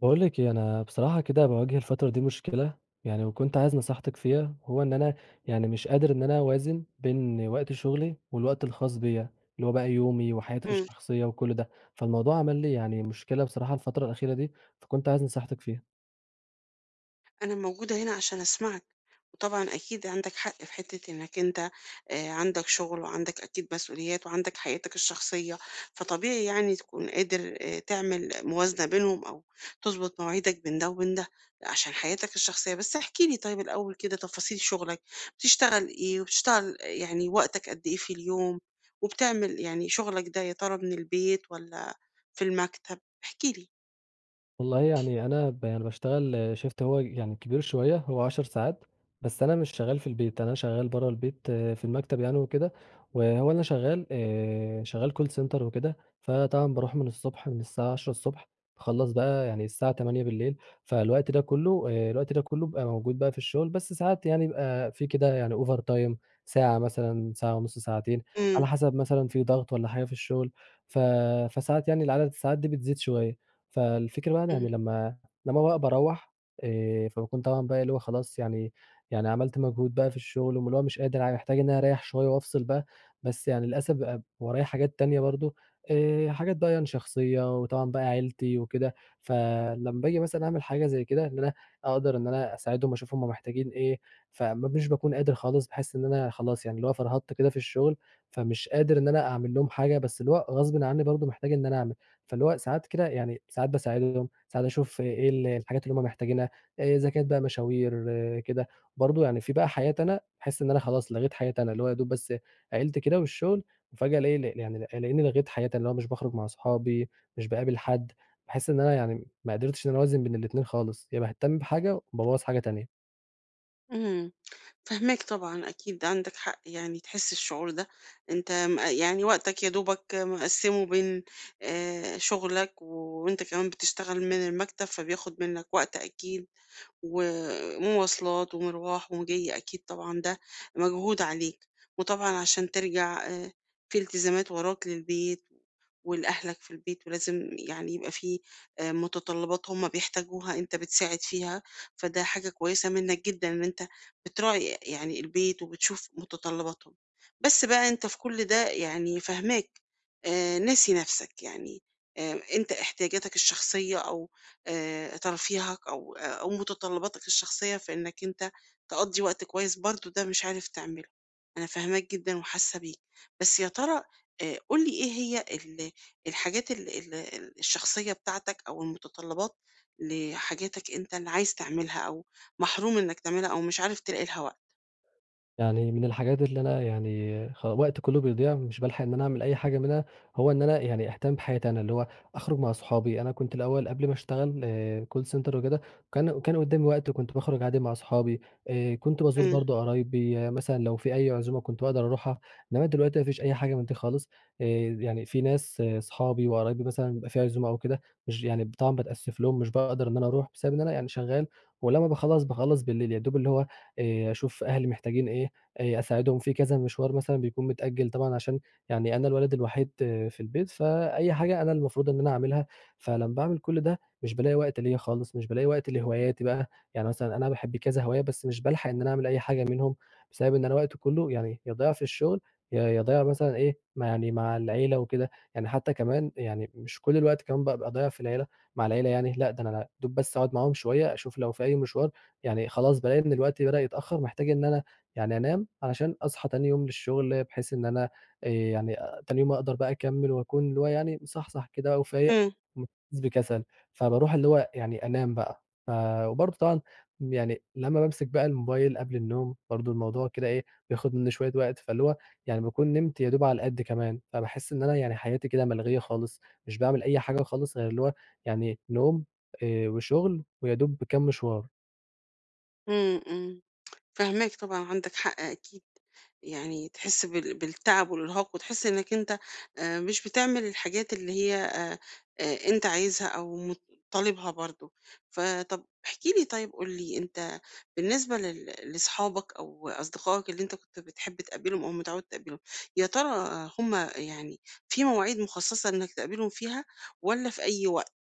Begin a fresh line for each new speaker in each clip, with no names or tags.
باقول لِك إيه، أنا بصراحة كده باواجه الفترة دي مشكلة، يعني وكنت عايز نصيحتِك فيها، هو إن أنا يعني مش قادر إن أنا أوازن بين وقت شغلي والوقت الخاص بيّا، اللي هو بقى يومي وحياتي
إمم،
الشخصية وكل ده، فالموضوع عمل لي يعني مشكلة بصراحة الفترة الأخيرة دي، فكنت عايز نصيحتِك فيها.
أنا موجودة هنا عشان أسمعك، وطبعًا أكيد عندك حق في حتة إنك أنت عندك شغل وعندك أكيد مسؤوليات وعندك حياتك الشخصية، فطبيعي يعني تكون قادر تعمل موازنة بينهم أو تضبط مواعيدك بين ده وبين ده عشان حياتك الشخصية، بس احكِ لي طيب الأول كده تفاصيل شغلك، بتشتغل إيه وبتشتغل يعني وقتك قد إيه في اليوم، وبتعمل يعني شغلك ده يا ترى من البيت والّا في المكتب؟ احكِ لي.
والله يعني أنا يعني باشتغل شيفت هو يعني كبير شوية هو 10 ساعات، بس أنا مش شغال في البيت، أنا شغال برّه البيت آه، في المكتب يعني وكده، وهو أنا شغال call center وكده، فطبعًا باروح من الصبح من الساعة 10:00 باخلّص بقى يعني الساعة 20:00. فالوقت ده كله الوقت ده كله بابقى موجود بقى في الشغل، بس ساعات يعني بيبقى في كده يعني overtime ساعة مثلًا، ساعة ونُص، ساعتين،
إمم.
على حسب مثلًا في ضغط والّا حاجة في الشغل، ف فساعات يعني العدد الساعات دي بتزيد شوية. فالفكرة بقى
إمم.
يعني لمّا بقى باروّح، فباكون طبعًا بقى اللي هو خلاص يعني عملت مجهود بقى في الشغل واللي هو مش قادر محتاج إن أنا أريّح شوية وأفصل بقى، بس يعني للأسف بقى ورايا حاجات تانية برضه، حاجات بقى يعني شخصية وطبعًا بقى عيلتي وكده، فلمّا باجي مثلًا أعمل حاجة زي كده إن أنا أقدر إن أنا أساعدهم أشوف هُم محتاجين إيه، مش باكون قادر خالص، باحس إن أنا خلاص يعني اللي هو فرهدت كده في الشغل، فمش قادر إن أنا أعمل لهم حاجة، بس اللي هو غصبٍ عني برضه محتاج إن أنا أعمل. فاللي هو ساعات كده يعني ساعات باساعدهم، ساعات أشوف إيه الحاجات اللي هُم محتاجينها، زكاة بقى، مشاوير، كده. برضه يعني في بقى حياة أنا، باحس إن أنا خلاص لغيت حياة أنا، اللي هو يا دوب بس عيلتي كده والشغل، وفجأة ألاقي ل يعني ألاقيني لغيت حياة أنا، اللي هو مش باخرج مع صحابي، مش باقابل حد، باحس إن أنا يعني ما قدرتش إن أنا أوازن بين الاتنين خالص، يا باهتم بحاجة وبابوظ حاجة تانية.
إمم. فاهماك طبعًا، أكيد عندك حق يعني تحس الشعور ده. أنت يعني وقتك يا دوبك مقسّمه بين شغلك، وأنت كمان بتشتغل من المكتب، فبياخد منك وقت أكيد، ومواصلات ومروح ومجي، أكيد طبعًا ده مجهود عليك، وطبعًا عشان ترجع في التزامات وراك للبيت ولأهلك في البيت، ولازم يعني يبقى في متطلبات هم بيحتاجوها أنت بتساعد فيها، فده حاجة كويسة منك جدًا إن أنت بتراعي يعني البيت وبتشوف متطلباتهم. بس بقى أنت في كل ده يعني فاهماك، ناسي نَفْسك، يعني أنت احتياجاتك الشخصية أو ترفيهك، أو آه، أو متطلباتك الشخصية في إنك أنت تقضّي وقت كويس برضه ده مش عارف تعمله. أنا فاهماك جدًا وحاسة بيك، بس يا ترى قُل لي إيه هي الحاجات ال ال ال الشخصية بتاعتك أو المتطلبات لحاجاتك أنت اللي عايز تعملها أو محروم إنك تعملها أو مش عارف تلاقي لها وقت.
يعني من الحاجات اللي أنا يعني وقتي كلّه بيضيع مش بالحق إن أنا أعمل أي حاجة منها، هو إن أنا يعني أهتم بحياتي أنا، اللي هو أخرج مع صحابي، أنا كنت الأول قبل ما أشتغل call center وكده كان قدّامي وقت وكنت باخرج عادي مع صحابي، كنت بازور
إمم.
برضه قرايبي، مثلًا لو في أي عزومة كنت باقدر أروحها، إنما دلوقتي ما فيش أي حاجة من دي خالص، آآ يعني في ناس صحابي وقرايبي مثلًا بيبقى في عزومة أو كده مش يعني طبعًا باتأسف لهم مش باقدر إن أنا أروح بسبب إن أنا يعني شغال، ولمّا باخلّص بالليل، يا دوب اللي هو أشوف أهلي محتاجين إيه أساعدهم في كذا مشوار مثلًا بيكون متأجل طبعًا عشان يعني أنا الولد الوحيد في البيت، فأي حاجة أنا المفروض إن أنا أعملها، فلمّا باعمل كل ده مش بالاقي وقت ليّا خالص، مش بالاقي وقت لهواياتي بقى، يعني مثلًا أنا باحب كذا هواية بس مش بالحق إن أنا أعمل أي حاجة منهم، بسبب إن أنا وقتي كله يعني يا ضايع في الشغل، يا ضايع مثلًا إيه ما يعني مع العيلة وكده، يعني حتى كمان يعني مش كل الوقت كمان بابقى ضايع في العيلة مع العيلة يعني، لأ ده أنا يادوب بس أقعد معاهم شوية أشوف لو في أي مشوار، يعني خلاص بالاقي إن الوقت بدأ يتأخر محتاج إن أنا يعني أنام علشان أصحى تاني يوم للشغل، بحيث إن أنا تاني يوم أقدر بقى أكمّل وأكون اللي هو يعني مصحصح كده وفايق
إمم.
وما باحسّش بكسل، فباروح اللي هو يعني أنام بقى. وبرضه طبعًا يعني لمّا بامسك بقى الموبايل قبل النوم، برضه الموضوع كده إيه، بياخد منّي شوية وقت، فاللي هو يعني باكون نمت يا دوب على قد كمان، فباحس إن أنا يعني حياتي كده ملغية خالص، مش باعمل أي حاجة خالص غير اللي هو يعني نوم، وشغل ويا دوب كام مشوار.
إمم. إمم. فاهماك طبعًا، عندك حق أكيد، يعني تحس بالتعب والإرهاق، وتحس إنك أنت مش بتعمل الحاجات اللي هي أنت عايزها أو طالبها برضه. فطَب احكِ لي، طيب قُل لي أنت بالنسبة لأصحابك أو أصدقائك اللي أنت كنت بتحب تقابلهم أو متعود تقابلهم، يا ترى آه، هم يعني في مواعيد مخصصة إنك تقابلهم فيها والّا في أي وقت؟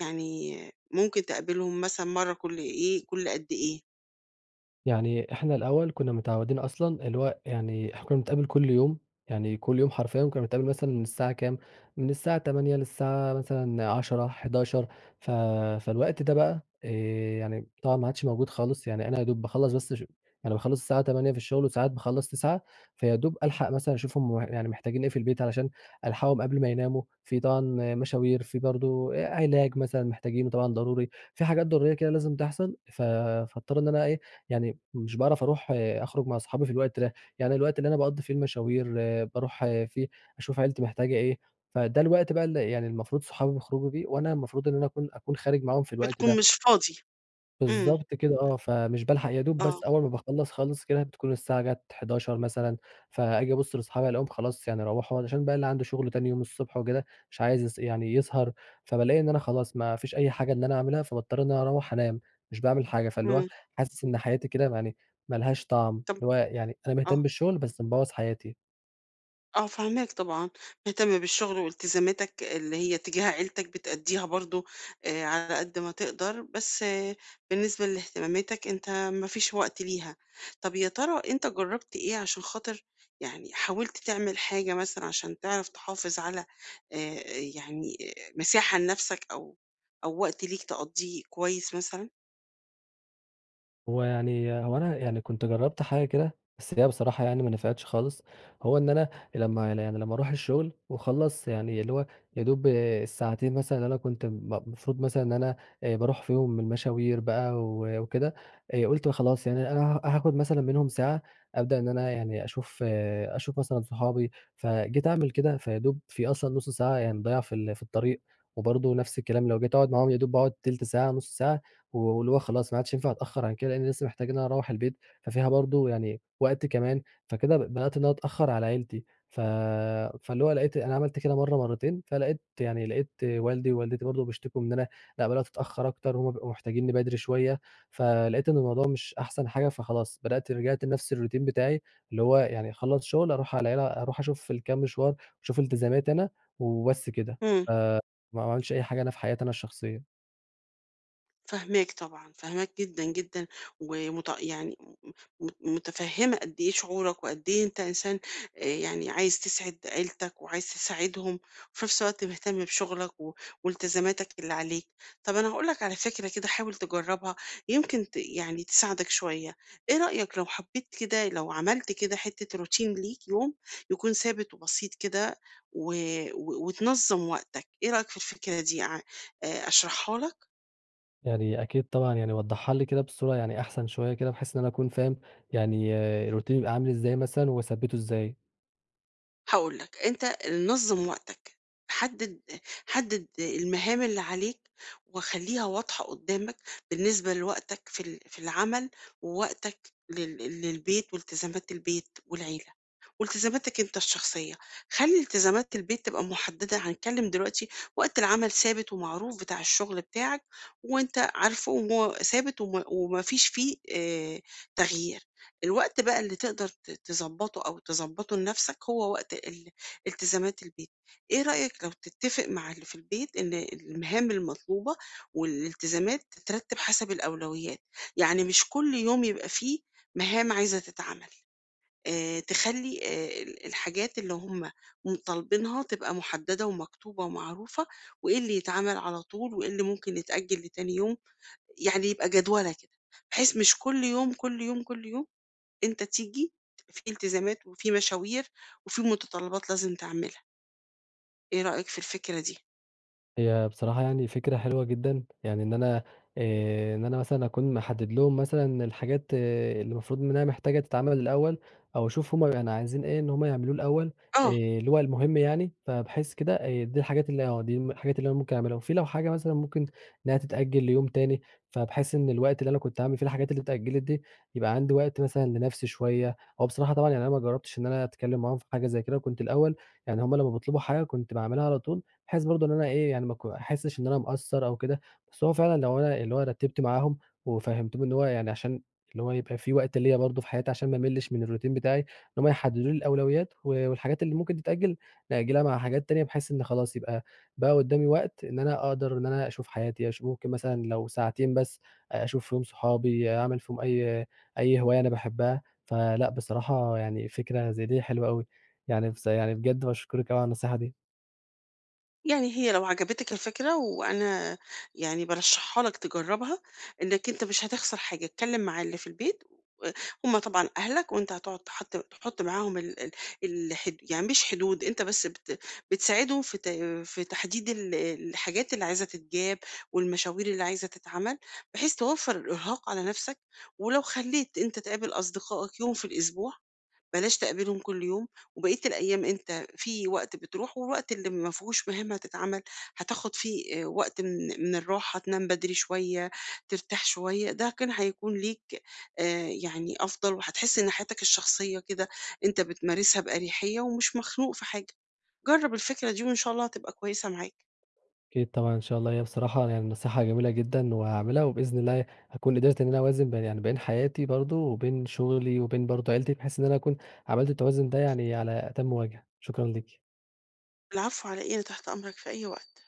يعني ممكن تقابلهم مثلًا مرّة كل إيه، كل قد إيه؟
يعني إحنا الأول كنا متعودين أصلًا اللي هو يعني إحنا كنا بنتقابل كل يوم، يعني كل يوم حرفيًا كنا بنتقابل مثلًا من الساعة كام، من الساعة 08:00 للساعة مثلًا 22:00، 23:00. ف فالوقت ده بقى، يعني طبعًا ما عادش موجود خالص، يعني أنا يا دوب باخلّص بس يعني باخلّص الساعة 08:00 في الشغل وساعات باخلّص 09:00. فيا دوب ألحق مثلًا أشوف هُم يعني محتاجين إيه في البيت علشان ألحقهم قبل ما يناموا، في طبعًا مشاوير، في برضه علاج مثلًا محتاجينه طبعًا ضروري، في حاجات ضرورية كده لازم تحصل فاضطر إن أنا إيه، يعني مش باعرف أروح أخرج مع أصحابي في الوقت ده، يعني الوقت اللي أنا باقضّي فيه المشاوير، باروح فيه أشوف عيلتي محتاجة إيه، فده الوقت بقى اللي يعني المفروض صحابي بيخرجوا بيه، وأنا المفروض إن أنا أكون خارج معاهم في الوقت
بتكون
ده.
مش فاضي. إمم.
بالضبط كده آه، فمش بالحق يا دوب
آه.
بس أول ما باخلّص خالص كده بتكون الساعة جات 11:00 مثلًا، فآجي أبُص لأصحابي ألاقيهم خلاص يعني روّحوا عشان بقى اللي عنده شغل تاني يوم الصبح وكده، مش عايز يعني يسهر، فبالاقي إن أنا خلاص ما فيش أي حاجة إن أنا أعملها، فباضطر إن أنا أروّح أنام، مش باعمل حاجة، فاللي هو
إمم.
حاسس إن حياتي كده يعني ما لهاش طعم،
طَب
اللي هو يعني أنا مهتم
آه،
بالشغل بس مبوّظ حياتي.
آه فاهماك طبعًا، مهتم بالشغل والتزاماتك اللي هي تجاه عيلتك بتأدّيها برضه على قد ما تقدر، بس آه بالنسبة لاهتماماتك أنت ما فيش وقت ليها. طَب يا ترى أنت جرّبت إيه عشان خاطر يعني حاولت تعمل حاجة مثلًا عشان تعرف تحافظ على آآ، يعني آه، مساحة لنَفْسك أو وقت ليك تقضّيه كويس مثلًا؟
هو يعني هو أنا يعني كنت جرّبت حاجة كده، بس هي بصراحة يعني ما نفعتش خالص، هو إن أنا لمّا يعني لمّا أروح الشغل وأخلّص يعني اللي هو يا دوب الساعتين مثلًا اللي أنا كنت المفروض مثلًا إن أنا باروح فيهم من مشاوير بقى وكده، قُلت خلاص يعني أنا هاخد مثلًا منهم ساعة أبدأ إن أنا يعني أشوف أشوف مثلًا صحابي، فجيت أعمل كده فيا دوب في أصلًا نُص ساعة يعني مضيّع في الطريق، وبرضه نفس الكلام لو جيت أقعد معاهم يا دوب باقعد تِلت ساعة، نُص ساعة. واللي هو خلاص ما عادش ينفع أتأخّر عن كده، لإني لسه محتاج إن أنا أروّح البيت، ففيها برضه يعني وقت كمان، فكده بدأت إن أنا أتأخّر على عيلتي، فاللي هو لقيت أنا عملت كده مرّة، مرّتين، فلقيت يعني لقيت والدي ووالدتي برضه بيشتكوا من إن أنا لأ، بدأت أتأخّر أكتر، وهُم بيبقوا محتاجينّي بدري شوية، فلقيت إن الموضوع مش أحسن حاجة، فخلاص بدأت رجعت لنفس الroutine بتاعي، اللي هو يعني أخلّص شُغل أروح على العيلة، أروح أشوف الكام مشوار، وأشوف التزاماتي أنا وبس كده،
إمم.
فما عملتش أي حاجة أنا في حياتي أنا الشخصية.
فاهماك طبعًا، فاهماك جدًا، جدًا، يعني متفهّمة قد إيه شعورك، وقد إيه أنت إنسان يعني عايز تسعد عيلتك، وعايز تساعدهم، وفي نفس الوقت مهتم بشغلك والتزاماتك اللي عليك. طب أنا هاقول لك على فكرة كده، حاول تجرّبها، يمكن يعني تساعدك شوية. إيه رأيك لو حبيت كده، لو عملت كده حتة روتين ليك يوم يكون ثابت وبسيط كده، و و وتنظّم وقتك، إيه رأيك في الفكرة دي؟ ع أشرحها لك؟
يعني أكيد طبعًا، يعني وضّحها لي كده بصورة يعني أحسن شوية كده، بحيث إن أنا أكون فاهم يعني الroutine بيبقى عامل إزاي مثلًا وأثبّته إزاي.
هاقول لك، أنت نظّم وقتك، حدد حدد المهام اللي عليك وخلّيها واضحة قدّامك بالنسبة لوقتك في في العمل، ووقتك للبيت والتزامات البيت والعيلة، والتزاماتك أنت الشخصية. خلّي التزامات البيت تبقى محددة، هنتكلم دلوقتي. وقت العمل ثابت ومعروف بتاع الشغل بتاعك، وأنت عارفه وثابت وما فيش فيه تغيير. الوقت بقى اللي تقدر تضبّطه أو تضبّطه لنَفْسك هو وقت التزامات البيت. إيه رأيك لو تتّفق مع اللي في البيت إن المهام المطلوبة والالتزامات تترتّب حسب الأولويات، يعني مش كل يوم يبقى فيه مهام عايزة تتعمل، تخلّي ال الحاجات اللي هم طالبينها تبقى محدّدة ومكتوبة ومعروفة، وإيه اللي يتعمل على طول وإيه اللي ممكن يتأجّل لتاني يوم، يعني يبقى جدولة كده، بحيث مش كل يوم، كل يوم، كل يوم أنت تيجي في التزامات وفي مشاوير وفي متطلبات لازم تعملها، إيه رأيك في الفكرة دي؟
هي بصراحة يعني فكرة حلوة جدًا، يعني إن أنا، إن أنا مثلًا أكون محدد لهم مثلًا الحاجات اللي المفروض إنها محتاجة تتعمل الأول، أو أشوف هُم كانوا عايزين إيه إن هُم يعملوه الأول،
آه.
اللي هو المهم يعني، فباحس كده، دي الحاجات اللي أنا ممكن أعملها، وفي لو حاجة مثلًا ممكن إنها تتأجل ليوم تاني، فباحس إن الوقت اللي أنا كنت هاعمل فيه الحاجات اللي اتأجلت دي، يبقى عندي وقت مثلًا لنفسي شوية. هو بصراحة طبعًا يعني أنا ما جربتش إن أنا أتكلم معاهم في حاجة زي كده، كنت الأول يعني هُم لمّا بيطلبوا حاجة كنت باعملها على طول. بحيث برضه إن أنا إيه، يعني ما أحسّش إن أنا مقصّر أو كده، بس هو فعلًا لو أنا اللي هو رتّبت معاهم وفهّمتهم إن هو يعني عشان اللي هو يبقى في وقت ليّا برضه في حياتي عشان ما أملِّش من الروتين بتاعي، إن هم يحدّدوا لي الأولويات والحاجات اللي ممكن تتأجّل، نأجّلها مع حاجات تانية بحيث إن خلاص يبقى بقى قُدّامي وقت إن أنا أقدر إن أنا أشوف حياتي، ممكن مثلًا لو ساعتين بس أشوف فيهم صحابي، أعمل فيهم أي هواية أنا باحبّها، فلأ بصراحة يعني فكرة زي دي حلوة أوي، يعني بص يعني بجد باشكرِك أوي على النصيحة دي.
يعني هي لو عجبتِك الفكرة، وأنا يعني بارشحها لك تجرّبها، إنّك أنت مش هتخسر حاجة، اتكلّم مع اللي في البيت و هُم طبعًا أهلك، وأنت هتقعد تحط معاهم ال ال الحد، يعني مش حدود، أنت بس بتساعدهم في في تحديد الحاجات اللي عايزة تتجاب والمشاوير اللي عايزة تتعمل، بحيث توفّر الإرهاق على نَفْسك. ولو خلّيت أنت تقابل أصدقائك يوم في الأسبوع، بلاش تقابلهم كل يوم، وبقية الأيام أنت في وقت بتروح، والوقت اللي ما فيهوش مهمة هتتعمل هتاخد فيه آه، وقت من الراحة، تنام بدري شوية، ترتاح شوية، ده كان هيكون ليك آه، يعني أفضل، وهتحس إن حياتك الشخصية كده أنت بتمارسها بأريحية ومش مخنوق في حاجة. جرب الفكرة دي وإن شاء الله هتبقى كويسة معاك.
أكيد طبعًا إن شاء الله، هي بصراحة يعني نصيحة جميلة جدًا وهاعملها، وبإذن الله هاكون قدرت إن أنا أوازن بين يعني بين حياتي برضه وبين شغلي وبين برضه عيلتي، بحيث إن أنا أكون عملت التوازن ده يعني على أتم وجه. شكرًا ليكِ.
العفو، على إيه؟ أنا تحت أمرك في أي وقت.